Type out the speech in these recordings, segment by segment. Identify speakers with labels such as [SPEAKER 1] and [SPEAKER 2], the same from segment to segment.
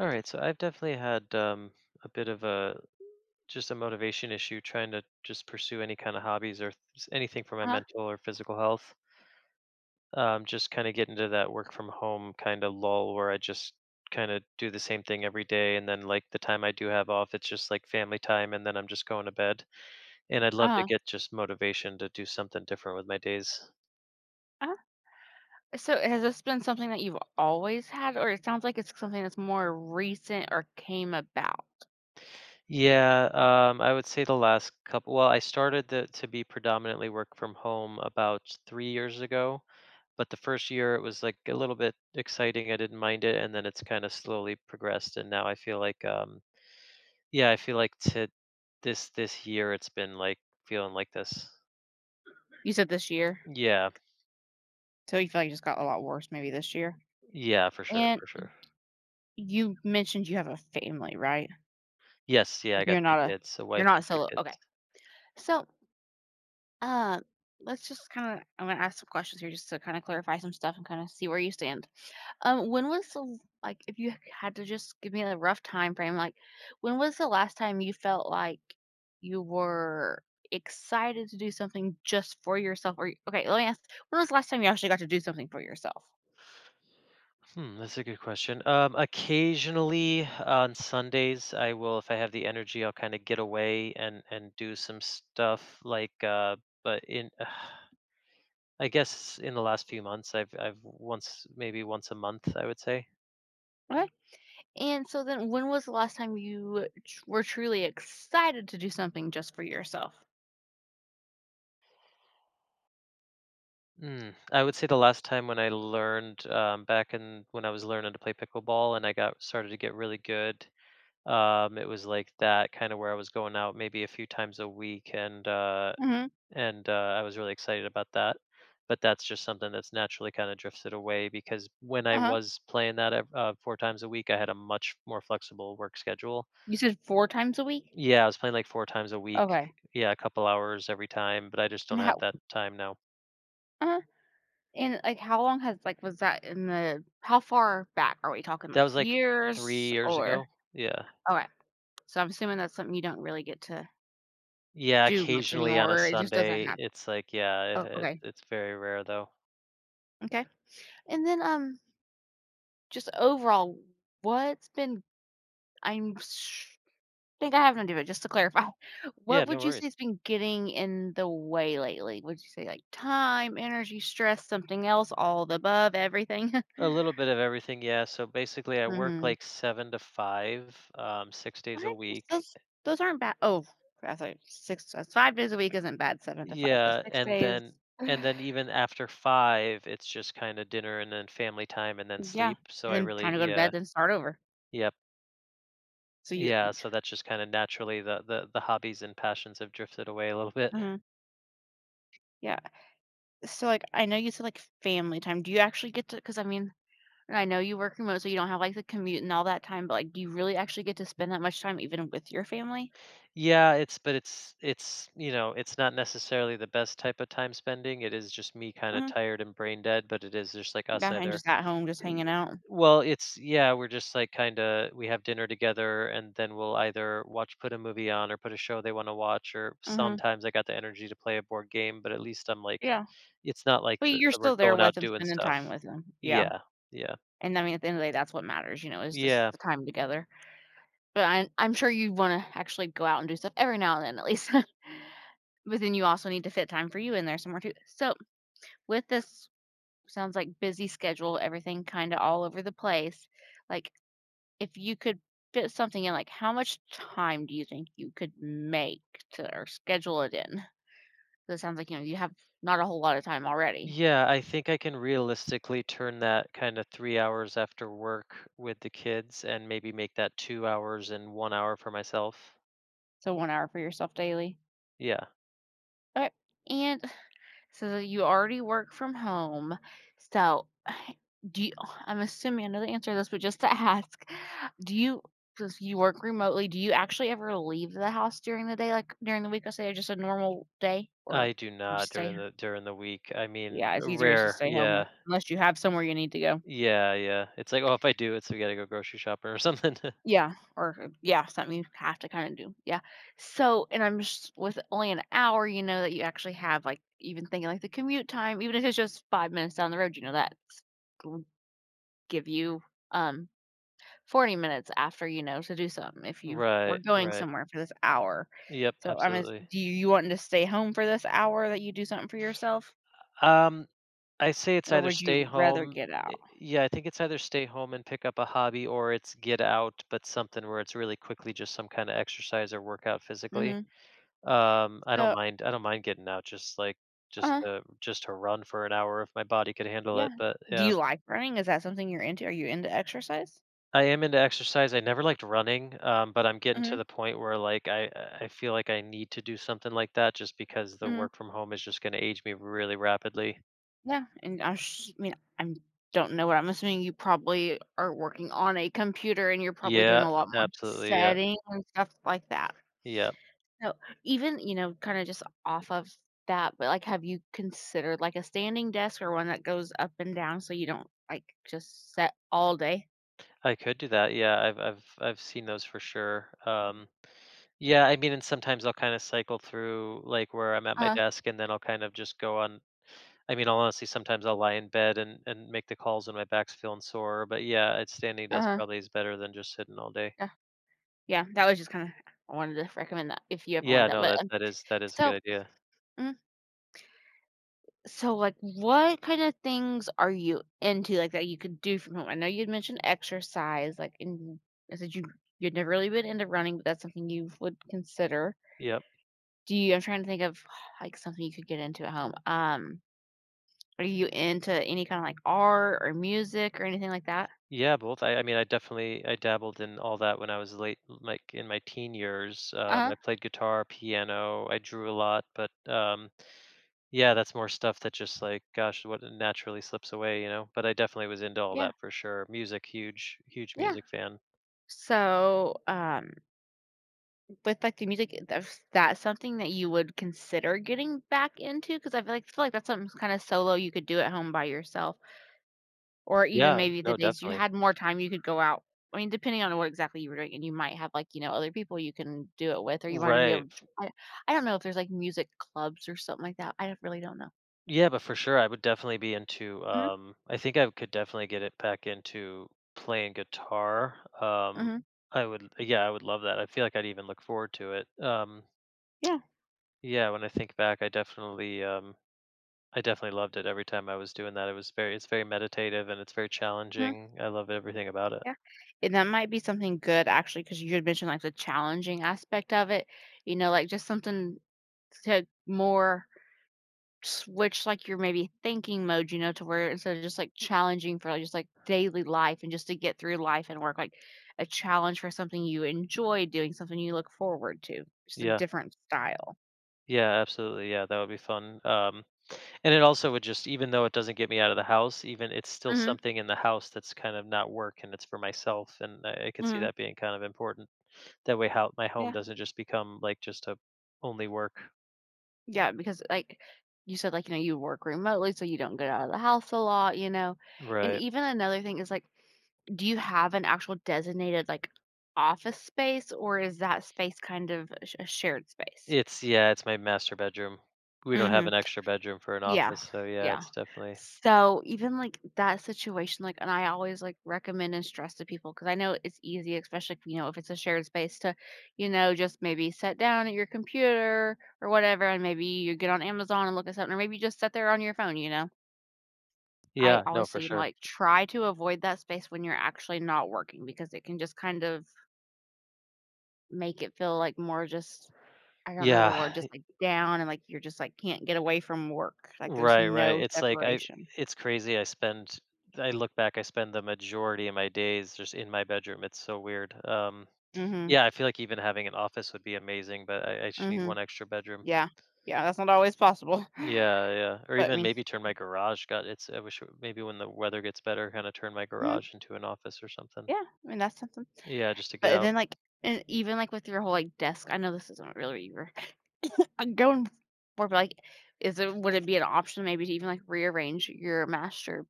[SPEAKER 1] All right, so I've definitely had a bit of a motivation issue trying to just pursue any kind of hobbies or anything for my
[SPEAKER 2] Uh-huh,
[SPEAKER 1] mental or physical health. Just kind of get into that work from home kind of lull where I just kind of do the same thing every day, and then like the time I do have off, it's just like family time, and then I'm just going to bed. And I'd love to
[SPEAKER 2] uh-huh,
[SPEAKER 1] get just motivation to do something different with my days.
[SPEAKER 2] uh-huh. So has this been something that you've always had, or it sounds like it's something that's more recent or came about?
[SPEAKER 1] Yeah, I would say the last couple. Well, to be predominantly work from home about 3 years ago. But the first year, it was, like, a little bit exciting, I didn't mind it, and then it's kinda slowly progressed, and now I feel like, yeah, I feel like to this year, it's been, like, feeling like this.
[SPEAKER 2] You said this year,
[SPEAKER 1] Yeah.
[SPEAKER 2] so you feel like it just got a lot worse maybe this year?
[SPEAKER 1] Yeah, for sure,
[SPEAKER 2] And
[SPEAKER 1] for
[SPEAKER 2] y
[SPEAKER 1] sure.
[SPEAKER 2] You mentioned you have a family, right?
[SPEAKER 1] Yes, yeah, I got
[SPEAKER 2] You're
[SPEAKER 1] 3
[SPEAKER 2] not a
[SPEAKER 1] kids, a
[SPEAKER 2] you're
[SPEAKER 1] wife and
[SPEAKER 2] not
[SPEAKER 1] 3
[SPEAKER 2] solo, okay.
[SPEAKER 1] kids.
[SPEAKER 2] So Uh, let's just I'm gonna ask some questions here just to kind of clarify some stuff and kind of see where you stand. When was like if you had to just give me a rough time frame, like when was the last time you felt like you were excited to do something just for yourself? Or okay, let me ask, when was the last time you actually got to do something for yourself?
[SPEAKER 1] Hmm, that's a good question. Occasionally, on Sundays, I will, if I have the energy, I'll kinda get away and do some stuff, like, but in I guess in the last few months, I've once, maybe once a month, I would say.
[SPEAKER 2] Okay. And so then when was the last time you were truly excited to do something just for yourself?
[SPEAKER 1] Mm. I would say the last time, when I learned back in when I was learning to play pickleball and I got started to get really good, it was like that kind of where I was going out maybe a few times a week,
[SPEAKER 2] Mm-hmm.
[SPEAKER 1] and I was really excited about that. But that's just something that's naturally kind of drifted away, because when I
[SPEAKER 2] Uh-huh.
[SPEAKER 1] was playing that four times a week, I had a much more flexible work schedule.
[SPEAKER 2] You said four times a week?
[SPEAKER 1] Yeah, I was playing like 4 times a week.
[SPEAKER 2] Okay.
[SPEAKER 1] Yeah, a couple hours every time, but I just don't
[SPEAKER 2] And
[SPEAKER 1] have
[SPEAKER 2] how
[SPEAKER 1] that time now.
[SPEAKER 2] uh and like how long has like was that in the, how far back are we talking,
[SPEAKER 1] That
[SPEAKER 2] like
[SPEAKER 1] was like 3
[SPEAKER 2] years
[SPEAKER 1] years
[SPEAKER 2] or
[SPEAKER 1] ago. Yeah.
[SPEAKER 2] okay? So I'm assuming that's something you don't really get to
[SPEAKER 1] Yeah,
[SPEAKER 2] do much
[SPEAKER 1] occasionally on a
[SPEAKER 2] anymore, or it just doesn't
[SPEAKER 1] Sunday,
[SPEAKER 2] happen.
[SPEAKER 1] it's like yeah, it
[SPEAKER 2] Oh,
[SPEAKER 1] it
[SPEAKER 2] okay.
[SPEAKER 1] it's very rare though.
[SPEAKER 2] Okay. And just overall, what's been— I'm sh think I have an idea, but just to clarify,
[SPEAKER 1] Yeah,
[SPEAKER 2] what
[SPEAKER 1] no
[SPEAKER 2] would you
[SPEAKER 1] worries.
[SPEAKER 2] say has been getting in the way lately? Would you say like time, energy, stress, something else, all the above, everything?
[SPEAKER 1] A little bit of everything, yeah. So basically I work
[SPEAKER 2] Mhm.
[SPEAKER 1] like 7 to 5, 6 days a
[SPEAKER 2] Okay.
[SPEAKER 1] week.
[SPEAKER 2] Those those aren't bad. Oh, that's like six, that's 5 days a week isn't bad, 7 to 5, but
[SPEAKER 1] Yeah,
[SPEAKER 2] 6 days.
[SPEAKER 1] and then even after 5, it's just kinda dinner and then family time and then
[SPEAKER 2] Yeah.
[SPEAKER 1] sleep. So
[SPEAKER 2] And
[SPEAKER 1] I
[SPEAKER 2] then time
[SPEAKER 1] really,
[SPEAKER 2] to go to
[SPEAKER 1] yeah.
[SPEAKER 2] bed, then start over.
[SPEAKER 1] yeah.
[SPEAKER 2] So you
[SPEAKER 1] Yeah,
[SPEAKER 2] you
[SPEAKER 1] so that's just kind of naturally the hobbies and passions have drifted away a little bit.
[SPEAKER 2] mhm, yeah. So, like, I know you said, like, family time. Do you actually get to? Because I mean, I know you work remote, so you don't have, like, the commute and all that time, but, like, do you really actually get to spend that much time even with your family?
[SPEAKER 1] Yeah, it's, but it's you know it's not necessarily the best type of time spending. It is just me kind of
[SPEAKER 2] Mhm.
[SPEAKER 1] tired and brain dead, but it is just like us
[SPEAKER 2] Yeah, and
[SPEAKER 1] either.
[SPEAKER 2] just at home, just
[SPEAKER 1] y-
[SPEAKER 2] hanging out.
[SPEAKER 1] Well, it's, yeah, we're just like kind of, we have dinner together, and then we'll either watch, put a movie on or put a show they want to watch, or
[SPEAKER 2] Mhm.
[SPEAKER 1] sometimes I got the energy to play a board game, but at least I'm like,
[SPEAKER 2] Yeah.
[SPEAKER 1] it's not like
[SPEAKER 2] But
[SPEAKER 1] that
[SPEAKER 2] you're
[SPEAKER 1] we're
[SPEAKER 2] still there
[SPEAKER 1] going
[SPEAKER 2] with
[SPEAKER 1] out
[SPEAKER 2] them,
[SPEAKER 1] doing
[SPEAKER 2] spending
[SPEAKER 1] stuff.
[SPEAKER 2] time with them. Yeah.
[SPEAKER 1] Yeah, yeah,
[SPEAKER 2] And, I mean, at the end of the day, that's what matters, you know, is just
[SPEAKER 1] yeah.
[SPEAKER 2] the time together. But I'm sure you wanna actually go out and do stuff every now and then, at least. But then you also need to fit time for you in there somewhere too. So, with this, sounds like busy schedule, everything kinda all over the place. Like, if you could fit something in, like, how much time do you think you could make to, or schedule it in? 'Cause it sounds like, you know, you have not a whole lot of time already.
[SPEAKER 1] Yeah, I think I can realistically turn that kind of 3 hours after work with the kids and maybe make that 2 hours and 1 hour for myself.
[SPEAKER 2] So 1 hour for yourself daily.
[SPEAKER 1] Yeah,
[SPEAKER 2] Okay. And so you already work from home. So do you— I'm assuming I know the answer to this, but just to ask, do you, since you work remotely, do you actually ever leave the house during the day, like during the week? I say, or just a normal day,
[SPEAKER 1] I
[SPEAKER 2] or
[SPEAKER 1] do
[SPEAKER 2] you
[SPEAKER 1] not
[SPEAKER 2] stay.
[SPEAKER 1] during the week. I mean,
[SPEAKER 2] Yeah, it's easier just to
[SPEAKER 1] rare.
[SPEAKER 2] stay home
[SPEAKER 1] Yeah,
[SPEAKER 2] or- unless you have somewhere you need to go.
[SPEAKER 1] yeah, yeah. It's like, oh, if I do, it's we gotta go grocery shopping or something.
[SPEAKER 2] Yeah, or yeah, something you have to kind of do. Yeah. So, and I'm just, with only an hour, you know, that you actually have, like even thinking like the commute time, even if it's just 5 minutes down the road, you know, that's give you, um, 40 minutes after, you know, to do something if you were
[SPEAKER 1] Right,
[SPEAKER 2] going
[SPEAKER 1] right.
[SPEAKER 2] somewhere for this hour.
[SPEAKER 1] Yep,
[SPEAKER 2] So, I'm as
[SPEAKER 1] absolutely.
[SPEAKER 2] do you want to stay home for this hour that you do something for yourself,
[SPEAKER 1] Um, I say it's
[SPEAKER 2] or
[SPEAKER 1] either
[SPEAKER 2] would
[SPEAKER 1] stay
[SPEAKER 2] you rather
[SPEAKER 1] home,
[SPEAKER 2] get out?
[SPEAKER 1] yeah, I think it's either stay home and pick up a hobby or it's get out, but something where it's really quickly just some kinda exercise or workout physically.
[SPEAKER 2] Mhm.
[SPEAKER 1] I don't
[SPEAKER 2] So
[SPEAKER 1] mind I don't mind getting out just, like,
[SPEAKER 2] uh
[SPEAKER 1] just to run for an hour if my body could handle
[SPEAKER 2] yeah.
[SPEAKER 1] it, but
[SPEAKER 2] Do
[SPEAKER 1] yeah.
[SPEAKER 2] you like running? Is that something you're into? Are you into exercise?
[SPEAKER 1] I am into exercise, I never liked running, but I'm getting to
[SPEAKER 2] Mhm,
[SPEAKER 1] the point where, like, I feel like I need to do something like that just because the
[SPEAKER 2] mhm.
[SPEAKER 1] work from home is just gonna age me really rapidly.
[SPEAKER 2] Yeah, and I mean, I don't know what— I'm assuming you probably are working on a computer and you're probably doing
[SPEAKER 1] Yeah,
[SPEAKER 2] a lot more
[SPEAKER 1] absolutely, yeah,
[SPEAKER 2] setting and stuff like that.
[SPEAKER 1] yeah.
[SPEAKER 2] So even, you know, kinda just off of that, but, like, have you considered, like, a standing desk or one that goes up and down so you don't, like, just sit all day?
[SPEAKER 1] I could do that. Yeah, I've seen those for sure. Yeah, I mean, and sometimes I'll kind of cycle through like where I'm at my
[SPEAKER 2] Uh-huh,
[SPEAKER 1] desk, and then I'll kind of just go on. I mean, I'll honestly, sometimes I'll lie in bed and make the calls when my back's feeling sore. But yeah, it's standing desk
[SPEAKER 2] uh
[SPEAKER 1] probably is better than just sitting all day.
[SPEAKER 2] yeah. Yeah, that was just kinda— I wanted to recommend that if you ever
[SPEAKER 1] Yeah,
[SPEAKER 2] wanted that,
[SPEAKER 1] no,
[SPEAKER 2] but,
[SPEAKER 1] that that is a good
[SPEAKER 2] so
[SPEAKER 1] idea.
[SPEAKER 2] mm, so, like, what kinda things are you into, like, that you could do from home? I know you'd mentioned exercise, like, and I said you you'd never really been into running, but that's something you would consider.
[SPEAKER 1] Yep.
[SPEAKER 2] Do you— I'm trying to think of, like, something you could get into at home, are you into any kind of like art or music or anything like that?
[SPEAKER 1] Yeah, both. I mean, I definitely, I dabbled in all that when I was late, like in my teen years.
[SPEAKER 2] Uh-huh.
[SPEAKER 1] I played guitar, piano. I drew a lot, but yeah, that's more stuff that just like, gosh, what naturally slips away, you know? But I definitely was into all
[SPEAKER 2] Yeah.
[SPEAKER 1] that for sure. Music, huge, huge
[SPEAKER 2] Yeah.
[SPEAKER 1] music fan.
[SPEAKER 2] So, with like the music, that's something that you would consider getting back into? Because I feel like that's something kind of solo you could do at home by yourself, or even
[SPEAKER 1] Yeah,
[SPEAKER 2] maybe the
[SPEAKER 1] no,
[SPEAKER 2] days you
[SPEAKER 1] definitely.
[SPEAKER 2] had more time, you could go out. I mean, depending on what exactly you were doing, and you might have, like, you know, other people you can do it with, or you might even be able
[SPEAKER 1] Right.
[SPEAKER 2] to— I, I don't know if there's like music clubs or something like that. I don't- Really don't know.
[SPEAKER 1] Yeah, but for sure, I would definitely be into.
[SPEAKER 2] Hmm.
[SPEAKER 1] I think I could definitely get it back into playing guitar.
[SPEAKER 2] Hmm.
[SPEAKER 1] I would. Yeah, I would love that. I feel like I'd even look forward to it.
[SPEAKER 2] Yeah.
[SPEAKER 1] Yeah, when I think back, I definitely loved it every time I was doing that. It's very meditative and it's very challenging. I love everything about it.
[SPEAKER 2] Yeah, and that might be something good actually, because you had mentioned, like, the challenging aspect of it, you know, like, just something to more switch, like, your maybe thinking mode, you know, to where instead of just, like, challenging for, like, just, like, daily life and just to get through life and work, like, a challenge for something you enjoy doing, something you look forward to, just a
[SPEAKER 1] Yeah.
[SPEAKER 2] different style.
[SPEAKER 1] Yeah, absolutely. Yeah, that would be fun. And it also would just, even though it doesn't get me out of the house, even it's still
[SPEAKER 2] Mhm,
[SPEAKER 1] something in the house that's kind of not work and it's for myself. And I could see
[SPEAKER 2] mhm,
[SPEAKER 1] that being kind of important. That way, how my home
[SPEAKER 2] yeah.
[SPEAKER 1] doesn't just become like just a only work.
[SPEAKER 2] Yeah, because, like, you said, like, you know, you work remotely, so you don't get out of the house a lot, you know? And
[SPEAKER 1] Right.
[SPEAKER 2] even another thing is, like, do you have an actual designated, like, office space, or is that space kind of a shared space?
[SPEAKER 1] It's, yeah, it's my master bedroom. We don't have an extra bedroom for an
[SPEAKER 2] Yeah,
[SPEAKER 1] office, so yeah,
[SPEAKER 2] yeah.
[SPEAKER 1] it's definitely.
[SPEAKER 2] So, even, like, that situation, like, and I always, like, recommend and stress to people because I know it's easy, especially if, you know, if it's a shared space to, you know, just maybe sit down at your computer or whatever, and maybe you get on Amazon and look at something, or maybe you just sit there on your phone, you know? I
[SPEAKER 1] Yeah, no,
[SPEAKER 2] always
[SPEAKER 1] for
[SPEAKER 2] say, you know,
[SPEAKER 1] sure.
[SPEAKER 2] like, try to avoid that space when you're actually not working because it can just kind of make it feel, like, more just— I don't know the word,
[SPEAKER 1] Yeah,
[SPEAKER 2] just, like, down and, like, you're just, like, can't get away from work, like, there's
[SPEAKER 1] right, right.
[SPEAKER 2] no separation.
[SPEAKER 1] It's crazy. I look back, I spend the majority of my days just in my bedroom. It's so weird.
[SPEAKER 2] Mhm.
[SPEAKER 1] Yeah, I feel like even having an office would be amazing, but I just need one
[SPEAKER 2] Mhm.
[SPEAKER 1] extra bedroom.
[SPEAKER 2] Yeah. Yeah, that's not always possible.
[SPEAKER 1] Yeah, yeah. Or
[SPEAKER 2] But I
[SPEAKER 1] even
[SPEAKER 2] mean,
[SPEAKER 1] maybe turn my garage. God, it's I wish it- maybe when the weather gets better, kind of turn my
[SPEAKER 2] mhm,
[SPEAKER 1] garage into an office or something.
[SPEAKER 2] yeah, I mean, that's something.
[SPEAKER 1] Yeah, just to get
[SPEAKER 2] But
[SPEAKER 1] out.
[SPEAKER 2] then, like, and even, like, with your whole, like, desk— I know this isn't really where I'm going for, but, like, is it— would it be an option maybe to even, like, rearrange your master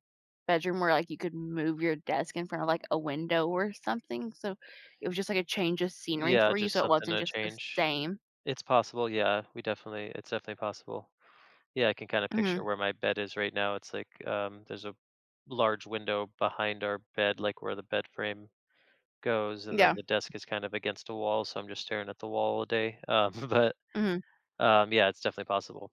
[SPEAKER 2] bedroom where, like, you could move your desk in front of, like, a window or something? So it was just, like, a change of scenery
[SPEAKER 1] Yeah,
[SPEAKER 2] for you,
[SPEAKER 1] just
[SPEAKER 2] so it
[SPEAKER 1] something
[SPEAKER 2] wasn't
[SPEAKER 1] to
[SPEAKER 2] just the
[SPEAKER 1] change.
[SPEAKER 2] same.
[SPEAKER 1] It's possible. Yeah, we definitely, it's definitely possible. Yeah, I can kind of picture
[SPEAKER 2] Mhm.
[SPEAKER 1] where my bed is right now. It's like there's a large window behind our bed, like where the bed frame goes, and then
[SPEAKER 2] Yeah.
[SPEAKER 1] the desk is kind of against a wall, so I'm just staring at the wall all day. But
[SPEAKER 2] Mhm.
[SPEAKER 1] um, yeah, it's definitely possible.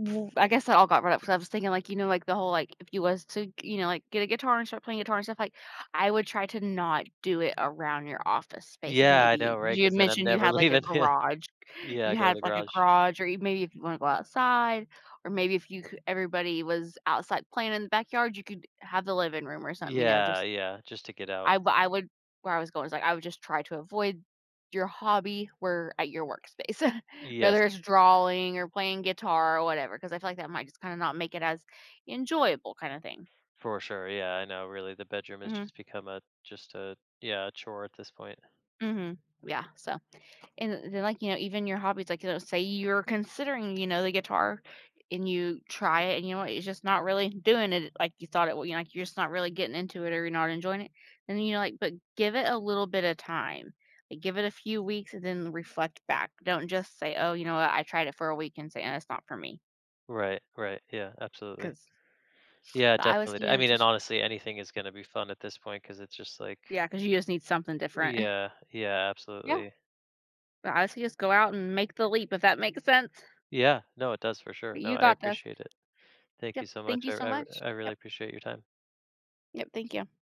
[SPEAKER 2] W I guess that all got brought up because I was thinking, like, you know, like, the whole, like, if you was to, you know, like, get a guitar and start playing guitar and stuff, like, I would try to not do it around your office space, like,
[SPEAKER 1] Yeah, I know,
[SPEAKER 2] maybe
[SPEAKER 1] right?
[SPEAKER 2] you had
[SPEAKER 1] Because then I'm
[SPEAKER 2] mentioned you
[SPEAKER 1] never
[SPEAKER 2] had, like, a
[SPEAKER 1] leaving. Yeah,
[SPEAKER 2] garage.
[SPEAKER 1] yeah, I
[SPEAKER 2] You
[SPEAKER 1] go to
[SPEAKER 2] had,
[SPEAKER 1] the
[SPEAKER 2] like, a
[SPEAKER 1] garage.
[SPEAKER 2] garage, or e maybe if you wanna go outside, or maybe if you c everybody was outside playing in the backyard, you could have the living room or something, you know,
[SPEAKER 1] Yeah,
[SPEAKER 2] just—
[SPEAKER 1] yeah, just to get out.
[SPEAKER 2] I would— where I was going is, like, I would just try to avoid your hobby where at your workspace,
[SPEAKER 1] Yes,
[SPEAKER 2] whether it's drawing or playing guitar or whatever, because I feel like that might just kinda not make it as enjoyable kinda thing.
[SPEAKER 1] for sure. Yeah, I know. Really, the bedroom has
[SPEAKER 2] Mhm,
[SPEAKER 1] just become a just a yeah a chore at this point.
[SPEAKER 2] mhm, yeah, so. And then, like, you know, even your hobbies, like, you know, say you're considering, you know, the guitar, and you try it, and you know what, it's just not really doing it like you thought it would. You know, like, you're just not really getting into it or you're not enjoying it. Then, you know, like, but give it a little bit of time. Like, give it a few weeks and then reflect back. Don't just say, oh, you know what, I tried it for a week and say, "Eh, it's not for me."
[SPEAKER 1] Right, right. Yeah, absolutely.
[SPEAKER 2] Because
[SPEAKER 1] Yeah,
[SPEAKER 2] I would say,
[SPEAKER 1] definitely.
[SPEAKER 2] you
[SPEAKER 1] I
[SPEAKER 2] know,
[SPEAKER 1] mean, and
[SPEAKER 2] just,
[SPEAKER 1] honestly, anything is gonna be fun at this point because it's just like
[SPEAKER 2] yeah, because you just need something different.
[SPEAKER 1] yeah, yeah,
[SPEAKER 2] Yeah.
[SPEAKER 1] absolutely.
[SPEAKER 2] But I would say just go out and make the leap, if that makes sense.
[SPEAKER 1] Yeah, no, it does for sure.
[SPEAKER 2] But
[SPEAKER 1] No,
[SPEAKER 2] you
[SPEAKER 1] I
[SPEAKER 2] got this.
[SPEAKER 1] appreciate it. Thank you
[SPEAKER 2] Yep.
[SPEAKER 1] so
[SPEAKER 2] Thank
[SPEAKER 1] much. I
[SPEAKER 2] you so
[SPEAKER 1] I
[SPEAKER 2] much.
[SPEAKER 1] I really
[SPEAKER 2] Yep.
[SPEAKER 1] appreciate your time.
[SPEAKER 2] Yep. Thank you.